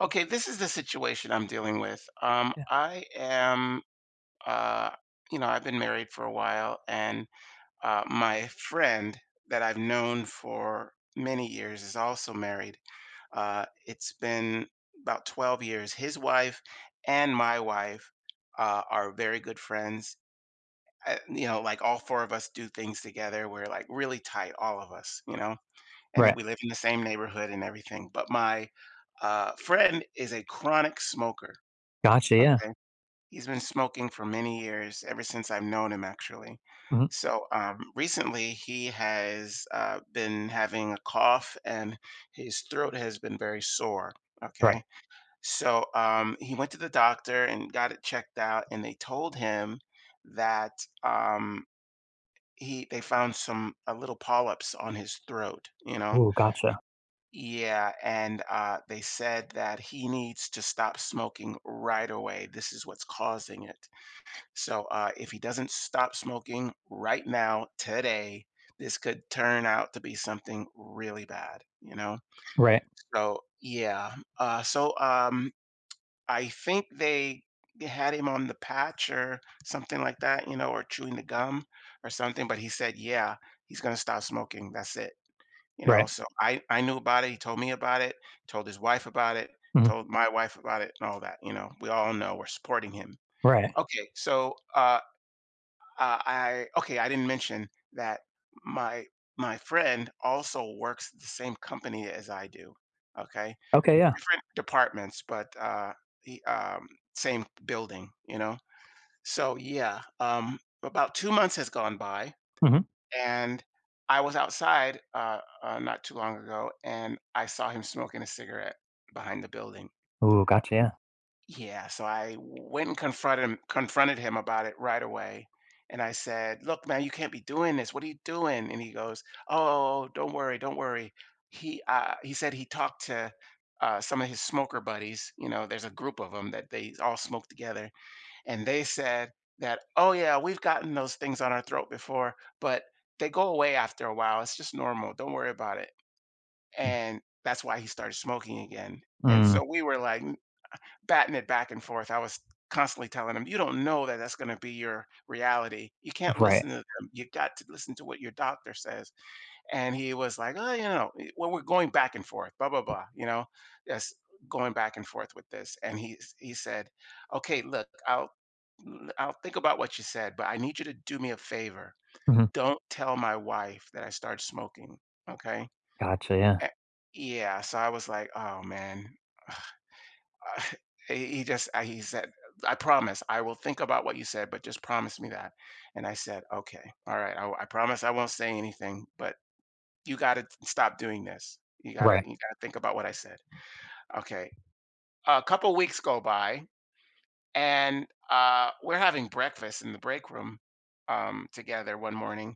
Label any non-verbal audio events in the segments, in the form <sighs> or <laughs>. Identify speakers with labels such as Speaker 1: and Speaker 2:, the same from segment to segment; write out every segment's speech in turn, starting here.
Speaker 1: Okay, this is the situation I'm dealing with.
Speaker 2: Yeah.
Speaker 1: I am, uh, you know, I've been married for a while, and my friend that I've known for many years is also married. It's been about 12 years. His wife and my wife are very good friends. Like all four of us do things together. We're like really tight, all of us, and then
Speaker 2: Right.
Speaker 1: we live in the same neighborhood and everything. But my friend is a chronic smoker.
Speaker 2: Gotcha, yeah.
Speaker 1: Okay. He's been smoking for many years, ever since I've known him, actually.
Speaker 2: Mhm.
Speaker 1: So, recently, he has been having a cough and his throat has been very sore.
Speaker 2: Right.
Speaker 1: Okay. So, he went to the doctor and got it checked out, and they told him that um, he they found some little polyps on his throat, you know?
Speaker 2: Ooh, gotcha.
Speaker 1: Yeah, and they said that he needs to stop smoking right away. This is what's causing it. So, if he doesn't stop smoking right now, today, this could turn out to be something really bad, you know?
Speaker 2: Right.
Speaker 1: So, yeah. So, I think they had him on the patch or something like that, or chewing the gum or something. But he said, yeah, he's going to stop smoking. That's it. You know,
Speaker 2: Right.
Speaker 1: so I, I knew about it. He told me about it, told his wife about it,
Speaker 2: Mhm.
Speaker 1: told my wife about it, and all that. We all know we're supporting him.
Speaker 2: Right.
Speaker 1: Okay, so I didn't mention that my my friend also works the same company as I do. Okay,
Speaker 2: Okay, yeah.
Speaker 1: different departments, but he, um, same building. So yeah, about 2 months has gone by,
Speaker 2: Mhm.
Speaker 1: and I was outside not too long ago, and I saw him smoking a cigarette behind the building,
Speaker 2: Ooh, gotcha, yeah.
Speaker 1: yeah, so I went and confronted him about it right away. And I said, "Look, man, you can't be doing this. What are you doing?" And he goes, "Oh, don't worry, don't worry." He said he talked to some of his smoker buddies. There's a group of them that they all smoke together, and they said that, "Oh yeah, we've gotten those things on our throat before, but they go away after a while. It's just normal. Don't worry about it." And that's why he started smoking again. And so
Speaker 2: Mm.
Speaker 1: we were like, batting it back and forth. I was constantly telling them, "You don't know that that's gonna be your reality. You can't
Speaker 2: Right.
Speaker 1: listen to them. You got to listen to what your doctor says." And he was like, "Oh, you know, eh, well, we're going back and forth, blah, blah, blah, you know, that's going back and forth with this." And he said, "Okay, look, I'll think about what you said, but I need you to do me a favor.
Speaker 2: Mhm.
Speaker 1: Don't tell my wife that I started smoking, okay?"
Speaker 2: Gotcha, yeah.
Speaker 1: A- Yeah, so I was like, "Oh man, he said I promise I will think about what you said, but just promise me that." And I said, okay, all right, I promise I won't say anything, but you got to stop doing this. you got to you
Speaker 2: Right.
Speaker 1: got to think about what I said. Okay. A couple weeks go by, and we're having breakfast in the break room together one morning,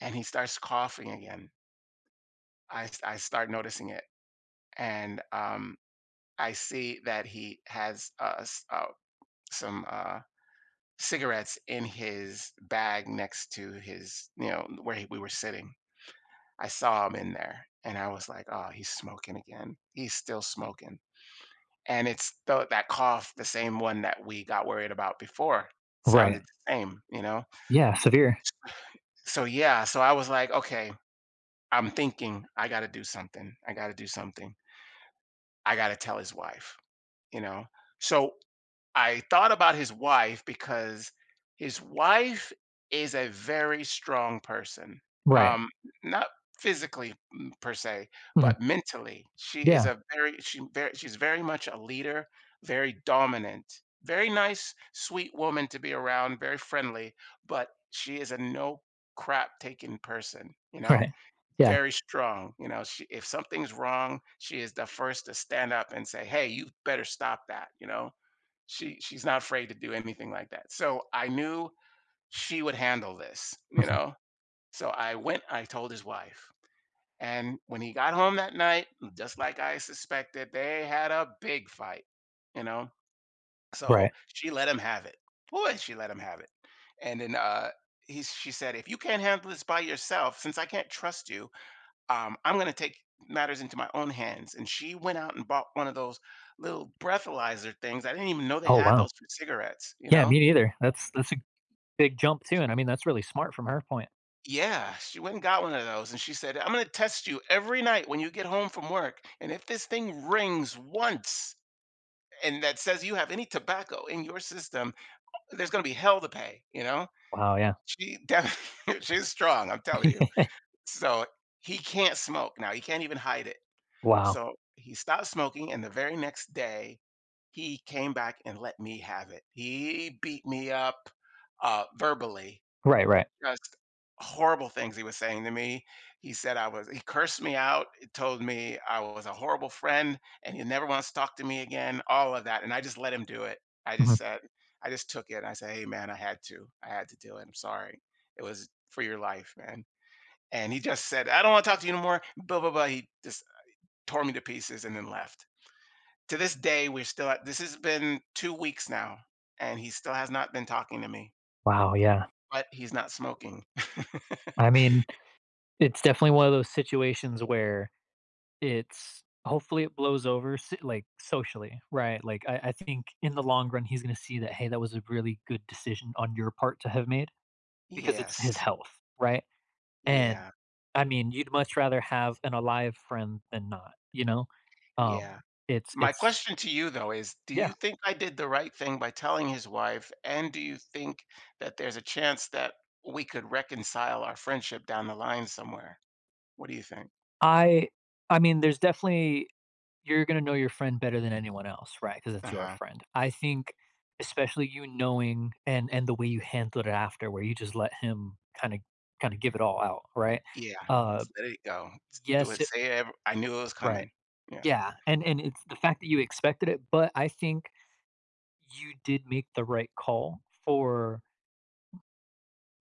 Speaker 1: and he starts coughing again. I start noticing it, and I see that he has some cigarettes in his bag next to his, you know, where he, we were sitting. I saw him in there and I was like, oh, he's smoking again. He's still smoking. And it's that cough, the same one that we got worried about before,
Speaker 2: Right.
Speaker 1: sounded the same, you know?
Speaker 2: Yeah, severe.
Speaker 1: So, yeah. So I was like, okay, I'm thinking I got to do something. I got to do something. I got to tell his wife, you know? So I thought about his wife because his wife is a very strong person.
Speaker 2: Right.
Speaker 1: Um, Not physically, per se,
Speaker 2: Mhm.
Speaker 1: but mentally. She is
Speaker 2: Yeah.
Speaker 1: a very she very she's very much a leader, very dominant, very nice, sweet woman to be around, very friendly, but she is a no crap taking person, you
Speaker 2: <laughs>
Speaker 1: know?
Speaker 2: Right. Yeah.
Speaker 1: Very strong. If something's wrong, she is the first to stand up and say, "Hey, you better stop that." She's not afraid to do anything like that. So I knew she would handle this. You
Speaker 2: Mhm.
Speaker 1: know, so I went. I told his wife, and when he got home that night, just like I suspected, they had a big fight. You know, so
Speaker 2: Right.
Speaker 1: she let him have it. Boy, she let him have it. And then he she said, "If you can't handle this by yourself, since I can't trust you, I'm going to take matters into my own hands." And she went out and bought one of those little breathalyzer things. I didn't even know they
Speaker 2: Oh,
Speaker 1: had those
Speaker 2: wow.
Speaker 1: for cigarettes, you
Speaker 2: Yeah,
Speaker 1: know?
Speaker 2: me neither. That's a big jump too, and I mean, that's really smart from her point.
Speaker 1: Yeah, she went and got one of those. And she said, I'm going to test you every night when you get home from work. And if this thing rings once and that says you have any tobacco in your system, there's going to be hell to pay, you know?
Speaker 2: Wow, yeah.
Speaker 1: <laughs> She's strong, I'm telling you. So he can't smoke now. He can't even hide it.
Speaker 2: Wow.
Speaker 1: So he stopped smoking, and the very next day, he came back and let me have it. He beat me up verbally,
Speaker 2: Right, right.
Speaker 1: just horrible things he was saying to me. He said I was, he cursed me out, he told me I was a horrible friend and he never wants to talk to me again, all of that. And I just let him do it. I
Speaker 2: Mhm.
Speaker 1: just said, I just took it. And I said, hey, man, I had to. I had to do it. I'm sorry. It was for your life, man. And he just said, I don't want to talk to you anymore. Blah, blah, blah. He just tore me to pieces and then left. To this day, we're still at this has been 2 weeks now, and he still has not been talking to me,
Speaker 2: Wow, yeah.
Speaker 1: but he's not smoking. <laughs>
Speaker 2: I mean, it's definitely one of those situations where it's hopefully it blows over s like, socially, right? Like, I think in the long run, he's gonna see that, "Hey, that was a really good decision on your part to have made," because it's his
Speaker 1: Yes.
Speaker 2: health, right? And,
Speaker 1: Yeah.
Speaker 2: I mean, you'd much rather have an alive friend than not,
Speaker 1: Yeah.
Speaker 2: Um, it's
Speaker 1: My
Speaker 2: it's
Speaker 1: question to you, though, is do
Speaker 2: yeah.
Speaker 1: you think I did the right thing by telling his wife, and do you think that there's a chance that we could reconcile our friendship down the line somewhere? What do you think?
Speaker 2: I I mean, there's definitely. You're gonna know your friend better than anyone else, right? Because it's your
Speaker 1: Uh-huh.
Speaker 2: friend. I think especially you knowing and the way you handled it after where you just let him kinda give it all out, right?
Speaker 1: Yeah.
Speaker 2: Uh,
Speaker 1: It's let it go. It's do
Speaker 2: yes,
Speaker 1: it.
Speaker 2: it
Speaker 1: Say it. Ev I knew it was
Speaker 2: right.
Speaker 1: coming. Yeah.
Speaker 2: Yeah, and it's the fact that you expected it, but I think you did make the right call for.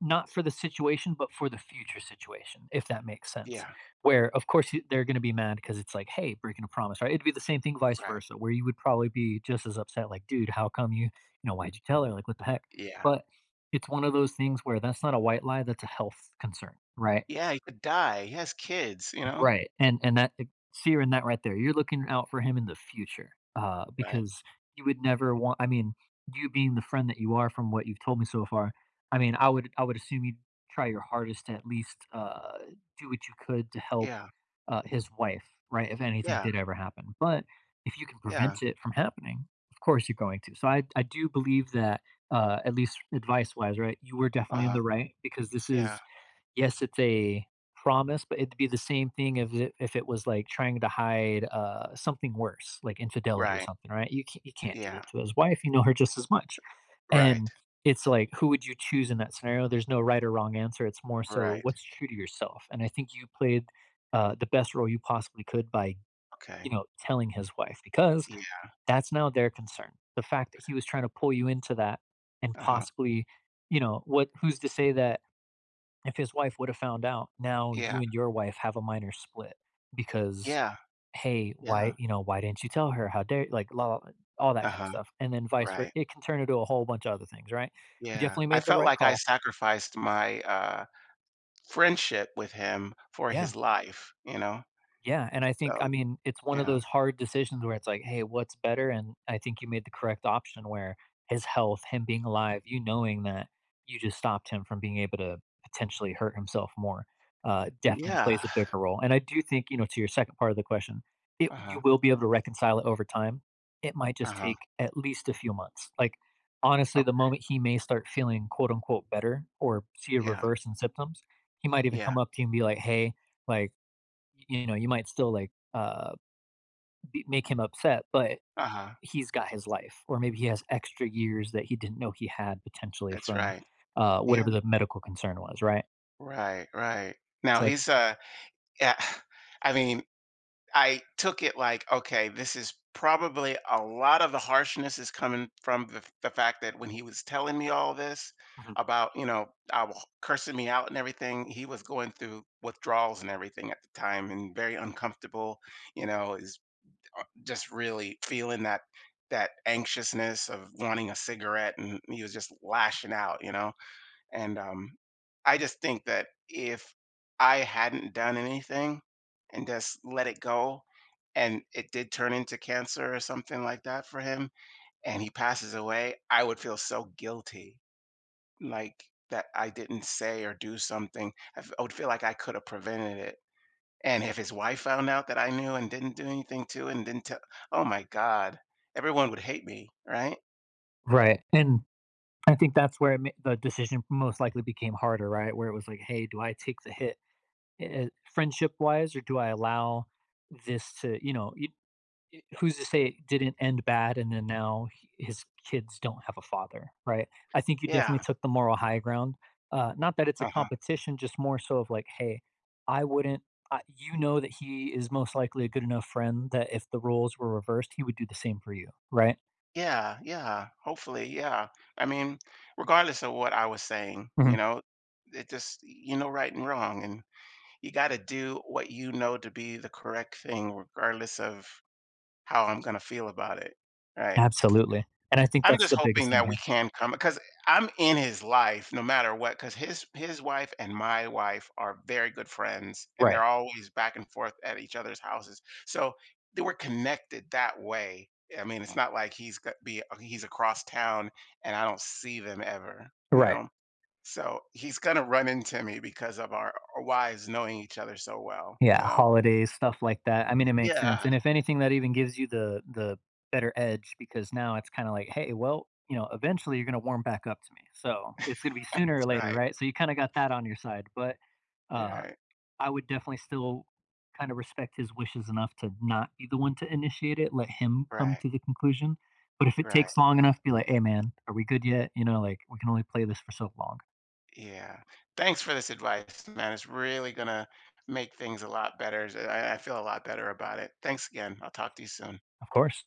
Speaker 2: Not for the situation, but for the future situation, if that makes sense.
Speaker 1: Yeah.
Speaker 2: Where, of course, y they're gonna be mad because it's like, "Hey, breaking a promise," right? It'd be the same thing vice
Speaker 1: Right.
Speaker 2: versa, where you would probably be just as upset, like, "Dude, how come you know, why'd you tell her? Like, what the heck?"
Speaker 1: Yeah.
Speaker 2: But it's one of those things where that's not a white lie, that's a health concern, right?
Speaker 1: Yeah, he could die. He has kids, you know?
Speaker 2: Right, and that it in that right there, you're looking out for him in the future,
Speaker 1: Right.
Speaker 2: because you would never want. You being the friend that you are from what you've told me so far, I mean, I would assume you'd try your hardest to at least, do what you could to help,
Speaker 1: Yeah,
Speaker 2: his wife, right, if anything
Speaker 1: yeah,
Speaker 2: did ever happen, but if you can
Speaker 1: yeah,
Speaker 2: prevent it from happening, of course you're going to, so I do believe that, at least advice-wise, right, you were definitely in
Speaker 1: uh-huh,
Speaker 2: the right because this
Speaker 1: yeah,
Speaker 2: is. Yes, it's a promise, but it'd be the same thing if it was, like, trying to hide, something worse, like infidelity or
Speaker 1: right,
Speaker 2: something, right? You can't do
Speaker 1: yeah,
Speaker 2: that to his wife, you know her just as much,
Speaker 1: right,
Speaker 2: and it's like, who would you choose in that scenario? There's no right or wrong answer, it's more so
Speaker 1: right,
Speaker 2: what's true to yourself, and I think you played, the best role you possibly could by, you
Speaker 1: okay,
Speaker 2: know, telling his wife because
Speaker 1: yeah,
Speaker 2: that's now their concern. The fact that he was trying to pull you into that and
Speaker 1: uh-huh,
Speaker 2: possibly, you know, what who's to say that if his wife would have found out, now
Speaker 1: yeah,
Speaker 2: you and your wife have a minor split because,
Speaker 1: yeah,
Speaker 2: "Hey,
Speaker 1: yeah,
Speaker 2: why you know, why didn't you tell her? How dare" like, all that kind of
Speaker 1: uh-huh,
Speaker 2: stuff, and then vice versa,
Speaker 1: right,
Speaker 2: it can turn into a whole bunch of other things, right? You
Speaker 1: yeah.
Speaker 2: definitely
Speaker 1: I
Speaker 2: made the
Speaker 1: felt
Speaker 2: right
Speaker 1: like I
Speaker 2: call.
Speaker 1: sacrificed my friendship with him for
Speaker 2: Yeah.
Speaker 1: his life, you know?
Speaker 2: Yeah, and I think,
Speaker 1: So,
Speaker 2: I mean, it's one of
Speaker 1: yeah,
Speaker 2: those hard decisions where it's like, "Hey, what's better?" And I think you made the correct option where his health, him being alive, you knowing that you just stopped him from being able to potentially hurt himself more, Mm, definitely
Speaker 1: yeah,
Speaker 2: plays a bigger role, and I do think, you know, to your second part of the question, it
Speaker 1: uh-huh,
Speaker 2: you will be able to reconcile it over time. It might just
Speaker 1: uh-huh,
Speaker 2: take at least a few months. Like, honestly, the
Speaker 1: okay,
Speaker 2: moment he may start feeling, quote, unquote, "better" or see a
Speaker 1: yeah,
Speaker 2: reverse in symptoms, he might even
Speaker 1: yeah,
Speaker 2: come up to you and be like, "Hey," like you know, you might still make him upset, but
Speaker 1: uh-huh,
Speaker 2: he's got his life, or maybe he has extra years that he didn't know he had potentially
Speaker 1: that's
Speaker 2: from
Speaker 1: right, yeah,
Speaker 2: whatever the medical concern was, right?
Speaker 1: right, right. Now
Speaker 2: So like.
Speaker 1: yeah. <sighs> I mean, I took it like, okay, this is probably a lot of the harshness is coming from the, fact that when he was telling me all this
Speaker 2: Mhm.
Speaker 1: about, I wa- cursing me out and everything, he was going through withdrawals and everything at the time and very uncomfortable, you know, is just really feeling that anxiousness of wanting a cigarette, and he was just lashing out, and I just think that if I hadn't done anything and just let it go, and it did turn into cancer or something like that for him, and he passes away, I would feel so guilty, like that I didn't say or do something. I would feel like I could have prevented it. And if his wife found out that I knew and didn't do anything too, and didn't tell, oh my God, everyone would hate me, right?
Speaker 2: Right. And I think that's where the decision most likely became harder, right? Where it was like, "Hey, do I take the hit friendship wise or do I allow this to, you know, who's to say it didn't end bad and then now his kids don't have a father, right? I think you
Speaker 1: Yeah.
Speaker 2: definitely took the moral high ground, not that it's a
Speaker 1: Uh-huh.
Speaker 2: competition, just more so of like, hey, I wouldn't I, you know, that he is most likely a good enough friend that if the roles were reversed he would do the same for you, right?
Speaker 1: Yeah, yeah, hopefully, yeah. I mean, regardless of what I was saying,
Speaker 2: Hmm.
Speaker 1: it just, you know, right and wrong, and you got to do what you know to be the correct thing, regardless of how I'm gonna feel about it, right?
Speaker 2: Absolutely, and I think
Speaker 1: I'm
Speaker 2: that's
Speaker 1: just
Speaker 2: the
Speaker 1: hoping
Speaker 2: biggest thing
Speaker 1: that we
Speaker 2: here.
Speaker 1: can come, because I'm in his life no matter what, because his wife and my wife are very good friends, and they're
Speaker 2: Right.
Speaker 1: always back and forth at each other's houses. So they were connected that way. I mean, it's not like he's got be he's across town and I don't see them ever, you
Speaker 2: Right.
Speaker 1: know. So he's gonna run into me because of our wives knowing each other so well, you
Speaker 2: Yeah,
Speaker 1: know.
Speaker 2: holidays, stuff like that. I mean, it makes sense,
Speaker 1: Yeah,
Speaker 2: and if anything, that even gives you the better edge because now it's kinda like, "Hey, well, you know, eventually you're gonna warm back up to me, so it's gonna be sooner or
Speaker 1: that's
Speaker 2: later,
Speaker 1: right.
Speaker 2: right?" So you kinda got that on your side, but, uh,
Speaker 1: Right.
Speaker 2: I would definitely still kinda respect his wishes enough to not be the one to initiate it, let him come
Speaker 1: Right.
Speaker 2: to the conclusion, but if it
Speaker 1: Right.
Speaker 2: takes long enough, be like, "Hey, man, are we good yet?" You know, like, "We can only play this for so long."
Speaker 1: Yeah. Thanks for this advice, man. It's really gonna make things a lot better. So I feel a lot better about it. Thanks again. I'll talk to you soon.
Speaker 2: Of course.